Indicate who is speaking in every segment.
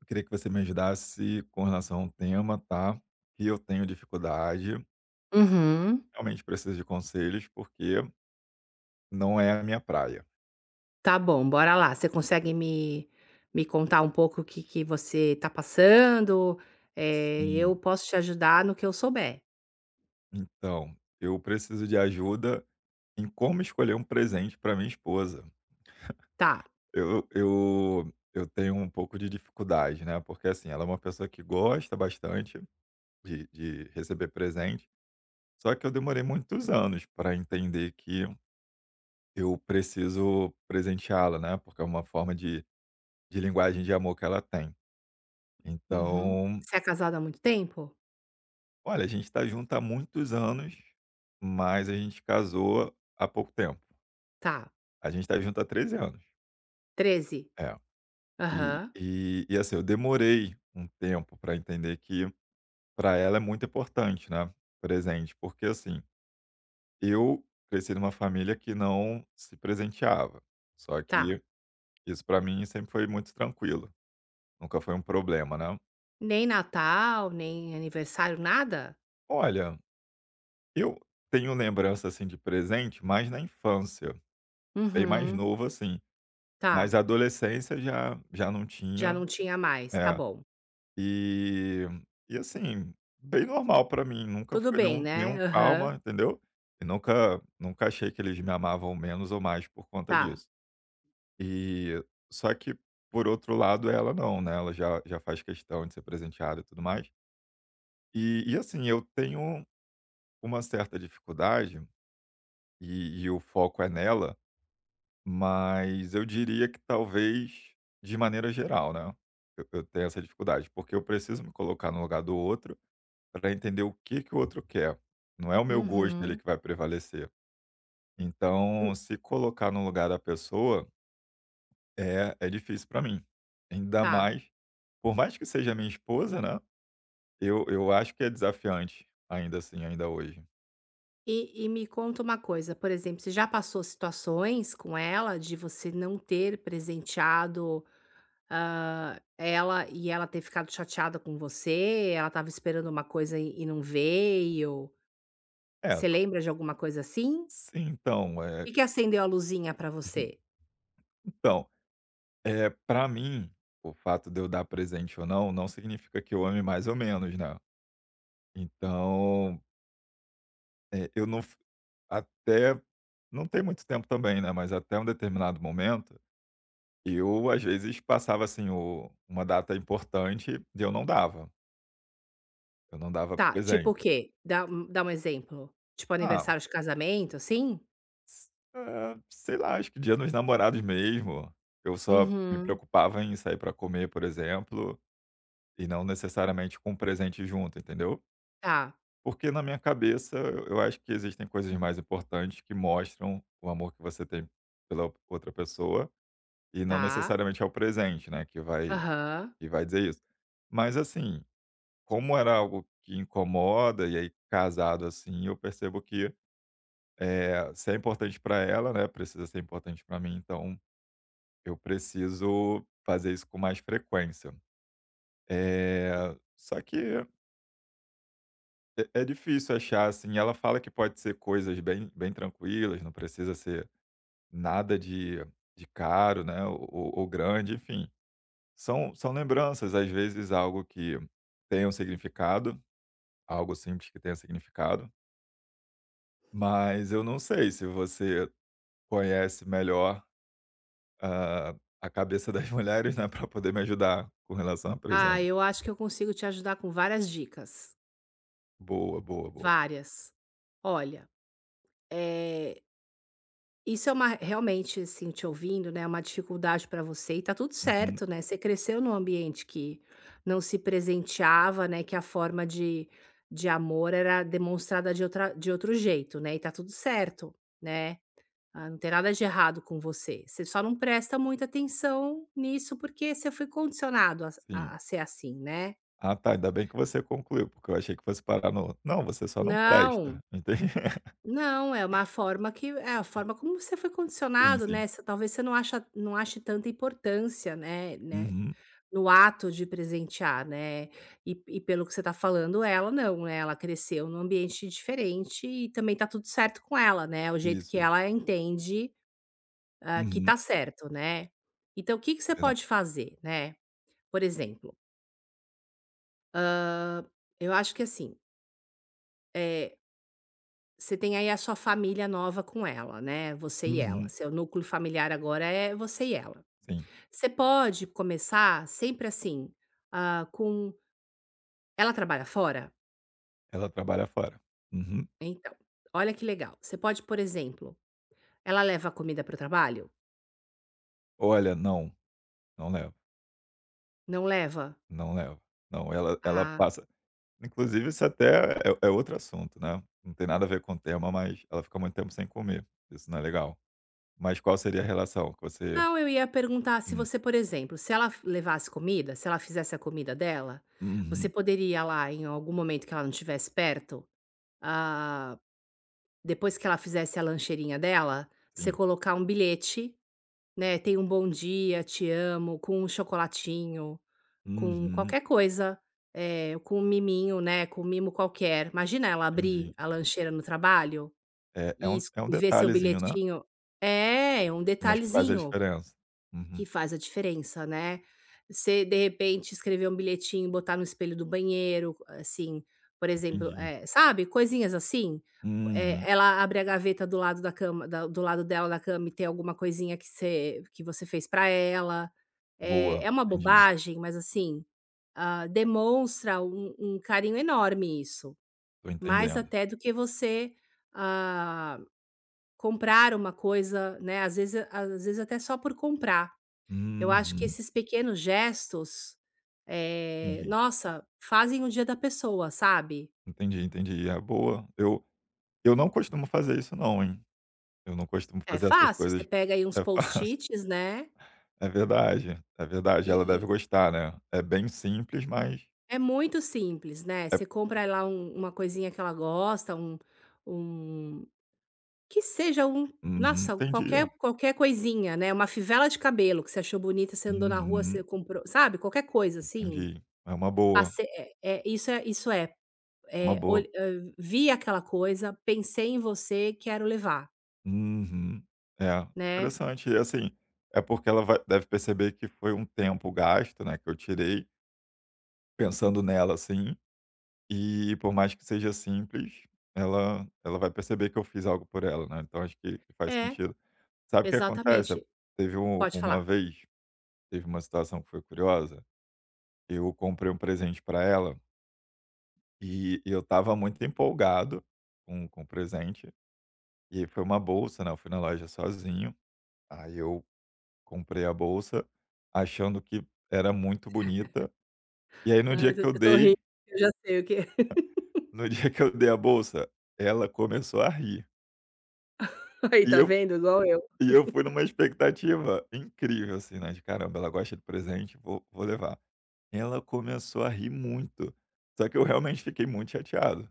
Speaker 1: Eu queria que você me ajudasse com relação a um tema, tá? Que eu tenho dificuldade,
Speaker 2: Uhum.
Speaker 1: realmente preciso de conselhos, porque não é a minha praia.
Speaker 2: Tá bom, bora lá. Você consegue me contar um pouco o que que você tá passando? Eu
Speaker 1: Sim,
Speaker 2: posso te ajudar no que eu souber.
Speaker 1: então, eu preciso de ajuda em como escolher um presente para minha esposa.
Speaker 2: Tá.
Speaker 1: Eu tenho um pouco de dificuldade, né? Porque, assim, ela é uma pessoa que gosta bastante de receber presente, só que eu demorei muitos anos para entender que eu preciso presenteá-la, né? Porque é uma forma de linguagem de amor que ela tem.
Speaker 2: Uhum.
Speaker 1: Então,
Speaker 2: Você é casado há muito tempo?
Speaker 1: olha, a gente está junto há muitos anos, mas a gente casou há pouco tempo.
Speaker 2: Tá.
Speaker 1: A gente está junto há 13 anos.
Speaker 2: Treze.
Speaker 1: É. E
Speaker 2: Aham.
Speaker 1: e e assim, eu demorei um tempo para entender que para ela é muito importante, né, presente, porque assim, eu cresci numa família que não se presenteava, só
Speaker 2: Tá.
Speaker 1: que isso para mim sempre foi muito tranquilo, nunca foi um problema, né.
Speaker 2: Nem Natal, nem aniversário, nada?
Speaker 1: Olha, eu tenho lembrança, assim, de presente, mais na infância, bem mais
Speaker 2: Uhum.
Speaker 1: novo, assim, mas
Speaker 2: Tá.
Speaker 1: a adolescência já não
Speaker 2: Já
Speaker 1: tinha,
Speaker 2: não tinha mais, tá
Speaker 1: é.
Speaker 2: bom.
Speaker 1: E e assim, bem normal pra mim, nunca
Speaker 2: Tudo
Speaker 1: foi
Speaker 2: bem,
Speaker 1: nenhum
Speaker 2: né?
Speaker 1: nenhum
Speaker 2: Aham.
Speaker 1: trauma, entendeu? E nunca achei que eles me amavam menos ou mais por conta
Speaker 2: Tá.
Speaker 1: disso. E só que, por outro lado, ela não, né, ela já faz questão de ser presenteada e tudo mais. E assim, eu tenho uma certa dificuldade, e o foco é nela. Mas eu diria que talvez de maneira geral, né, eu tenho essa dificuldade, porque eu preciso me colocar no lugar do outro para entender o que que o outro quer. Não é o meu gosto dele
Speaker 2: Uhum.
Speaker 1: que vai prevalecer.
Speaker 2: Hum,
Speaker 1: Então, se colocar no lugar da pessoa é difícil para mim. Ainda
Speaker 2: tá.
Speaker 1: mais por mais que seja minha esposa, né, eu acho que é desafiante ainda assim, ainda hoje.
Speaker 2: E me conta uma coisa, por exemplo, você já passou situações com ela de você não ter presenteado, ela ter ficado chateada com você? Ela estava esperando uma coisa e não veio?
Speaker 1: É,
Speaker 2: Você lembra de alguma coisa assim?
Speaker 1: sim, então,
Speaker 2: O que que acendeu a luzinha pra você?
Speaker 1: então, é, para mim, o fato de eu dar presente ou não, não significa que eu ame mais ou menos, né. Então, eu não f até não tem muito tempo também, né, mas até um determinado momento, eu às vezes passava, assim, o uma data importante e eu não dava
Speaker 2: Tá, tipo
Speaker 1: presente.
Speaker 2: o quê? Dá um exemplo. Tipo
Speaker 1: Ah,
Speaker 2: aniversário de casamento, assim?
Speaker 1: sei lá, acho que Dia dos Namorados mesmo, eu só me
Speaker 2: Uhum.
Speaker 1: preocupava em sair para comer, por exemplo, e não necessariamente com um presente junto, entendeu?
Speaker 2: Tá,
Speaker 1: Porque na minha cabeça eu acho que existem coisas mais importantes que mostram o amor que você tem pela ou outra pessoa, e não
Speaker 2: tá.
Speaker 1: necessariamente é o presente, né,
Speaker 2: Aham.
Speaker 1: que vai dizer isso. Mas assim, como era algo que incomoda, e aí casado assim, eu percebo que, é, se é importante para ela, né, precisa ser importante para mim, então eu preciso fazer isso com mais frequência. Eh, só que é é difícil achar, assim, ela fala que pode ser coisas bem tranquilas, não precisa ser nada de de caro, né, ou grande, enfim. São lembranças, às vezes algo que tenha um significado, algo simples que tenha significado, mas eu não sei se você conhece melhor a a cabeça das mulheres, né, para poder me ajudar com relação a
Speaker 2: Ah,
Speaker 1: presente.
Speaker 2: eu acho que eu consigo te ajudar com várias dicas.
Speaker 1: Boa, boa, boa.
Speaker 2: Várias. Olha, eh, isso é uma, realmente, assim, te ouvindo, né, é uma dificuldade para você e tá tudo
Speaker 1: Uhum,
Speaker 2: certo, né, você cresceu num ambiente que não se presenteava, né, que a forma de amor era demonstrada de outra, de outro jeito, né, e tá tudo certo, né. Ah, não tem nada de errado com você, você só não presta muita atenção nisso, porque você foi condicionado a a
Speaker 1: sim.
Speaker 2: a ser assim, né.
Speaker 1: Ah tá, ainda bem que você concluiu, porque eu achei que fosse parar no: "Não, você só não presta",
Speaker 2: Não.
Speaker 1: entende.
Speaker 2: Não, é uma forma que é a forma como você foi
Speaker 1: Sim,
Speaker 2: condicionado,
Speaker 1: sim.
Speaker 2: né, você, talvez, você não ache tanta importância, né,
Speaker 1: Uhum.
Speaker 2: no ato de presentear, né, e pelo que você está falando, ela não, né, ela cresceu num ambiente diferente e também tá tudo certo com ela, né, o jeito
Speaker 1: Isso,
Speaker 2: que
Speaker 1: isso.
Speaker 2: ela entende, hã, que
Speaker 1: Uhum.
Speaker 2: tá certo, né. Então, o que que você
Speaker 1: Verdade.
Speaker 2: pode fazer, né, por exemplo, eu acho que assim, eh, você tem aí a sua família nova com ela, né, você e ela,
Speaker 1: Uhum.
Speaker 2: seu núcleo familiar agora é você e ela.
Speaker 1: Sim.
Speaker 2: Você pode começar sempre assim, ah, com... Ela trabalha fora?
Speaker 1: Ela trabalha fora. Uhum.
Speaker 2: Então, olha que legal. Você pode, por exemplo... Ela leva a comida para o trabalho?
Speaker 1: "Olha, não, não leva.
Speaker 2: Não leva?
Speaker 1: Não leva. Não", ela
Speaker 2: Ah,
Speaker 1: passa, inclusive isso até é outro assunto, né, não tem nada a ver com o tema, mas ela fica muito tempo sem comer, isso não é legal. Mas qual seria a relação que você?
Speaker 2: não, eu ia perguntar se
Speaker 1: Hum.
Speaker 2: você, por exemplo, se ela levasse comida, se ela fizesse a comida dela, você
Speaker 1: Uhum.
Speaker 2: poderia lá em algum momento que ela não estivesse perto, ah, depois que ela fizesse a lancheirinha dela, você
Speaker 1: Sim.
Speaker 2: colocar um bilhete, né, tem um bom dia, te amo, com um chocolatinho, com
Speaker 1: Uhum.
Speaker 2: qualquer coisa, com um miminho, né, com um mimo qualquer. Imagina ela abrir
Speaker 1: Entendi.
Speaker 2: a lancheira no trabalho
Speaker 1: É é
Speaker 2: e
Speaker 1: um
Speaker 2: es
Speaker 1: é um
Speaker 2: e ver seu
Speaker 1: detalhezinho, né.
Speaker 2: bilhetinho. É, um
Speaker 1: Mas que faz a
Speaker 2: detalhezinho.
Speaker 1: diferença. Uhum,
Speaker 2: Que faz a diferença, né. Você, de repente, escrever um bilhetinho e botar no espelho do banheiro, assim, por exemplo,
Speaker 1: entendi.
Speaker 2: sabe, coisinhas assim.
Speaker 1: Uhum,
Speaker 2: Ela abre a gaveta do lado da cama, da do lado dela da cama, e tem alguma coisinha que você, que você fez pra ela.
Speaker 1: boa,
Speaker 2: É uma
Speaker 1: entendi.
Speaker 2: bobagem, mas assim, hã, demonstra um carinho enorme isso,
Speaker 1: Tô
Speaker 2: mais
Speaker 1: entendendo.
Speaker 2: até do que você, ah, comprar uma coisa, né, às vezes até só por comprar. Eu acho que
Speaker 1: Uhum,
Speaker 2: esses pequenos gestos,
Speaker 1: entendi,
Speaker 2: nossa, fazem o dia da pessoa, sabe.
Speaker 1: entendi, entendi. É, boa. Eu não costumo fazer isso não, hein. Eu não costumo
Speaker 2: É
Speaker 1: fazer essas
Speaker 2: fácil, você
Speaker 1: coisas,
Speaker 2: pega aí uns
Speaker 1: é fácil.
Speaker 2: post-its, né,
Speaker 1: É verdade, é verdade.
Speaker 2: e
Speaker 1: Ela deve
Speaker 2: e
Speaker 1: gostar, né. É bem simples, mas
Speaker 2: é muito simples, né.
Speaker 1: é
Speaker 2: Você compra lá uma coisinha que ela gosta, um que seja um...
Speaker 1: uhum,
Speaker 2: Nossa,
Speaker 1: entendi, é.
Speaker 2: qualquer coisinha, né, uma fivela de cabelo que você achou bonita, você andou na rua, você
Speaker 1: Uhum,
Speaker 2: comprou, sabe, qualquer coisa assim.
Speaker 1: entendi. É uma boa,
Speaker 2: Passe... É isso,
Speaker 1: é uma
Speaker 2: olh
Speaker 1: boa.
Speaker 2: hã, vi aquela coisa, pensei em você, quero levar.
Speaker 1: Uhum. É,
Speaker 2: Né,
Speaker 1: interessante. E, assim, é porque ela vai deve perceber que foi um tempo gasto, né, que eu tirei pensando nela, assim, e por mais que seja simples, ela vai perceber que eu fiz algo por ela, né, então acho que faz
Speaker 2: é,
Speaker 1: sentido. Sabe o que acontece?
Speaker 2: exatamente.
Speaker 1: Teve
Speaker 2: Pode falar.
Speaker 1: uma vez, teve uma situação que foi curiosa, eu comprei um presente para ela e eu estava muito empolgado com o presente, e foi uma bolsa, né, eu fui na loja sozinho, aí eu comprei a bolsa, achando que era muito bonita, e aí no
Speaker 2: Ai,
Speaker 1: dia
Speaker 2: eu
Speaker 1: que eu
Speaker 2: eu tô rindo,
Speaker 1: dei,
Speaker 2: eu já sei o que é.
Speaker 1: no dia que eu dei a bolsa, ela começou a rir.
Speaker 2: Aí,
Speaker 1: E
Speaker 2: tá
Speaker 1: eu
Speaker 2: vendo? Igual eu.
Speaker 1: e eu fui numa expectativa incrível, assim, né, de: "Caramba, ela gosta de presente, vou levar". Ela começou a rir muito, só que eu realmente fiquei muito chateado,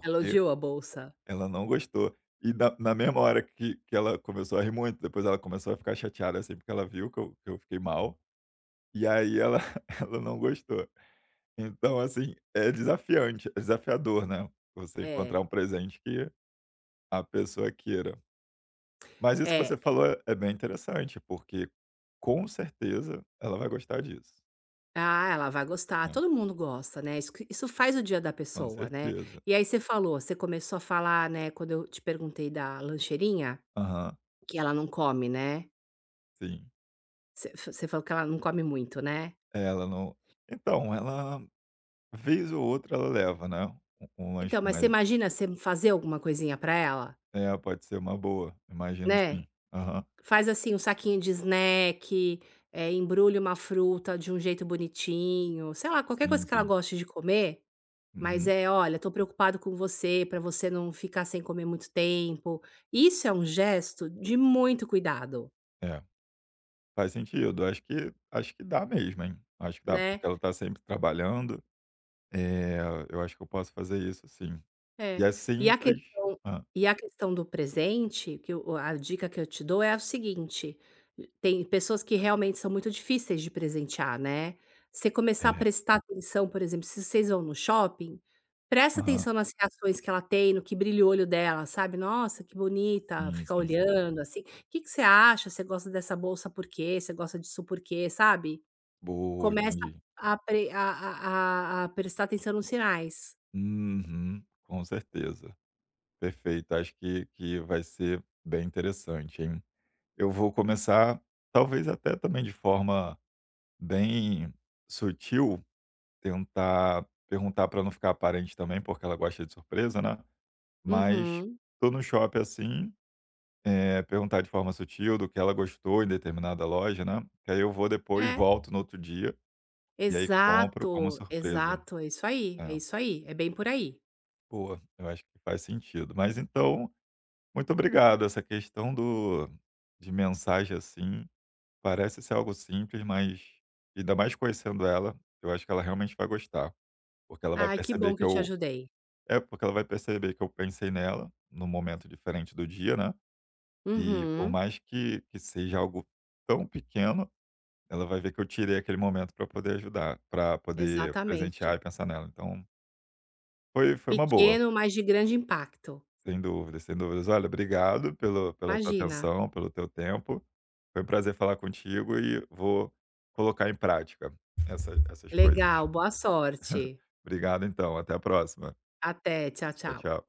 Speaker 2: Ela odiou a bolsa.
Speaker 1: ela não gostou. E na na mesma hora que ela começou a rir muito, depois ela começou a ficar chateada, assim, porque ela viu que eu fiquei mal, e aí ela ela não gostou. Então, assim, é desafiante, é desafiador, né, você
Speaker 2: É,
Speaker 1: encontrar um presente que a pessoa queira. Mas isso que você
Speaker 2: é.
Speaker 1: falou é bem interessante, porque com certeza ela vai gostar disso,
Speaker 2: Ah, ela vai gostar,
Speaker 1: né,
Speaker 2: todo mundo gosta, né, isso que isso faz o dia da
Speaker 1: com
Speaker 2: pessoa, né.
Speaker 1: certeza.
Speaker 2: E aí você falou, você começou a falar, né, quando eu te perguntei da lancheirinha,
Speaker 1: Aham,
Speaker 2: que ela não come, né.
Speaker 1: sim.
Speaker 2: Você falou que ela não come muito, né.
Speaker 1: É, ela não, então, ela vez ou outra ela leva, né, um um lanche
Speaker 2: Então, mas você
Speaker 1: mais,
Speaker 2: imagina você fazer alguma coisinha pra ela,
Speaker 1: é, pode ser uma boa, imagino
Speaker 2: né.
Speaker 1: sim. Aham.
Speaker 2: Faz assim um saquinho de snack, embrulha uma fruta de um jeito bonitinho, sei lá, qualquer coisa
Speaker 1: Sim,
Speaker 2: que ela
Speaker 1: sim.
Speaker 2: goste de comer, mas
Speaker 1: Uhum.
Speaker 2: é: "Olha, tô preocupado com você, pra você não ficar sem comer muito tempo". Isso é um gesto de muito cuidado,
Speaker 1: É, faz sentido. Acho que dá mesmo, hein. Acho que dá,
Speaker 2: né.
Speaker 1: porque ela tá sempre trabalhando. É, eu acho que eu posso fazer isso sim. E
Speaker 2: É.
Speaker 1: é
Speaker 2: E a
Speaker 1: simples,
Speaker 2: questão
Speaker 1: hã,
Speaker 2: e a questão do presente, que o a dica que eu te dou é a seguinte: tem pessoas que realmente são muito difíceis de presentear, né. Você começar a
Speaker 1: é,
Speaker 2: prestar atenção, por exemplo, se vocês vão no shopping, presta
Speaker 1: aham.
Speaker 2: atenção nas reações que ela tem, no que brilha o olho dela, sabe. "Nossa, que bonita",
Speaker 1: Sim,
Speaker 2: fica
Speaker 1: sim, sim.
Speaker 2: olhando, assim. O "que que você acha? Você gosta dessa bolsa por quê? Você gosta disso por quê?", sabe.
Speaker 1: Boa,
Speaker 2: Começa
Speaker 1: entendi.
Speaker 2: a prestar atenção nos sinais.
Speaker 1: Uhum, com certeza. Perfeito, acho que vai ser bem interessante, hein. Eu vou começar, talvez até também de forma bem sutil, tentar perguntar para não ficar aparente também, porque ela gosta de surpresa, né. Mas
Speaker 2: Uhum.
Speaker 1: tô no shopping assim, perguntar de forma sutil do que ela gostou em determinada loja, né, que aí eu vou depois,
Speaker 2: É.
Speaker 1: volto no outro dia, e aí compro como
Speaker 2: Exato,
Speaker 1: surpresa.
Speaker 2: exato, é isso aí, é
Speaker 1: É,
Speaker 2: isso aí, é bem por aí.
Speaker 1: boa, eu acho que faz sentido. Mas então, muito obrigado, essa questão do de mensagem, assim, parece ser algo simples, mas ainda mais conhecendo ela, eu acho que ela realmente vai gostar, porque ela vai
Speaker 2: Ai, que bom
Speaker 1: perceber
Speaker 2: que
Speaker 1: que
Speaker 2: eu te
Speaker 1: eu
Speaker 2: ajudei.
Speaker 1: é, porque ela vai perceber que eu pensei nela, num momento diferente do dia, né, e por
Speaker 2: Uhum,
Speaker 1: mais que seja algo tão pequeno, ela vai ver que eu tirei aquele momento para poder ajudar, para poder presentear
Speaker 2: exatamente.
Speaker 1: e pensar nela. Então, foi uma boa,
Speaker 2: Pequeno, mas de grande impacto.
Speaker 1: sem dúvidas, sem dúvidas. Olha, obrigado pelo pela tua
Speaker 2: Imagina.
Speaker 1: atenção, pelo teu tempo. Foi um prazer falar contigo e vou colocar em prática essas coisas.
Speaker 2: Legal, boa sorte.
Speaker 1: Obrigado então, até a próxima.
Speaker 2: Até, tchau,
Speaker 1: Tchau,
Speaker 2: tchau.
Speaker 1: tchau.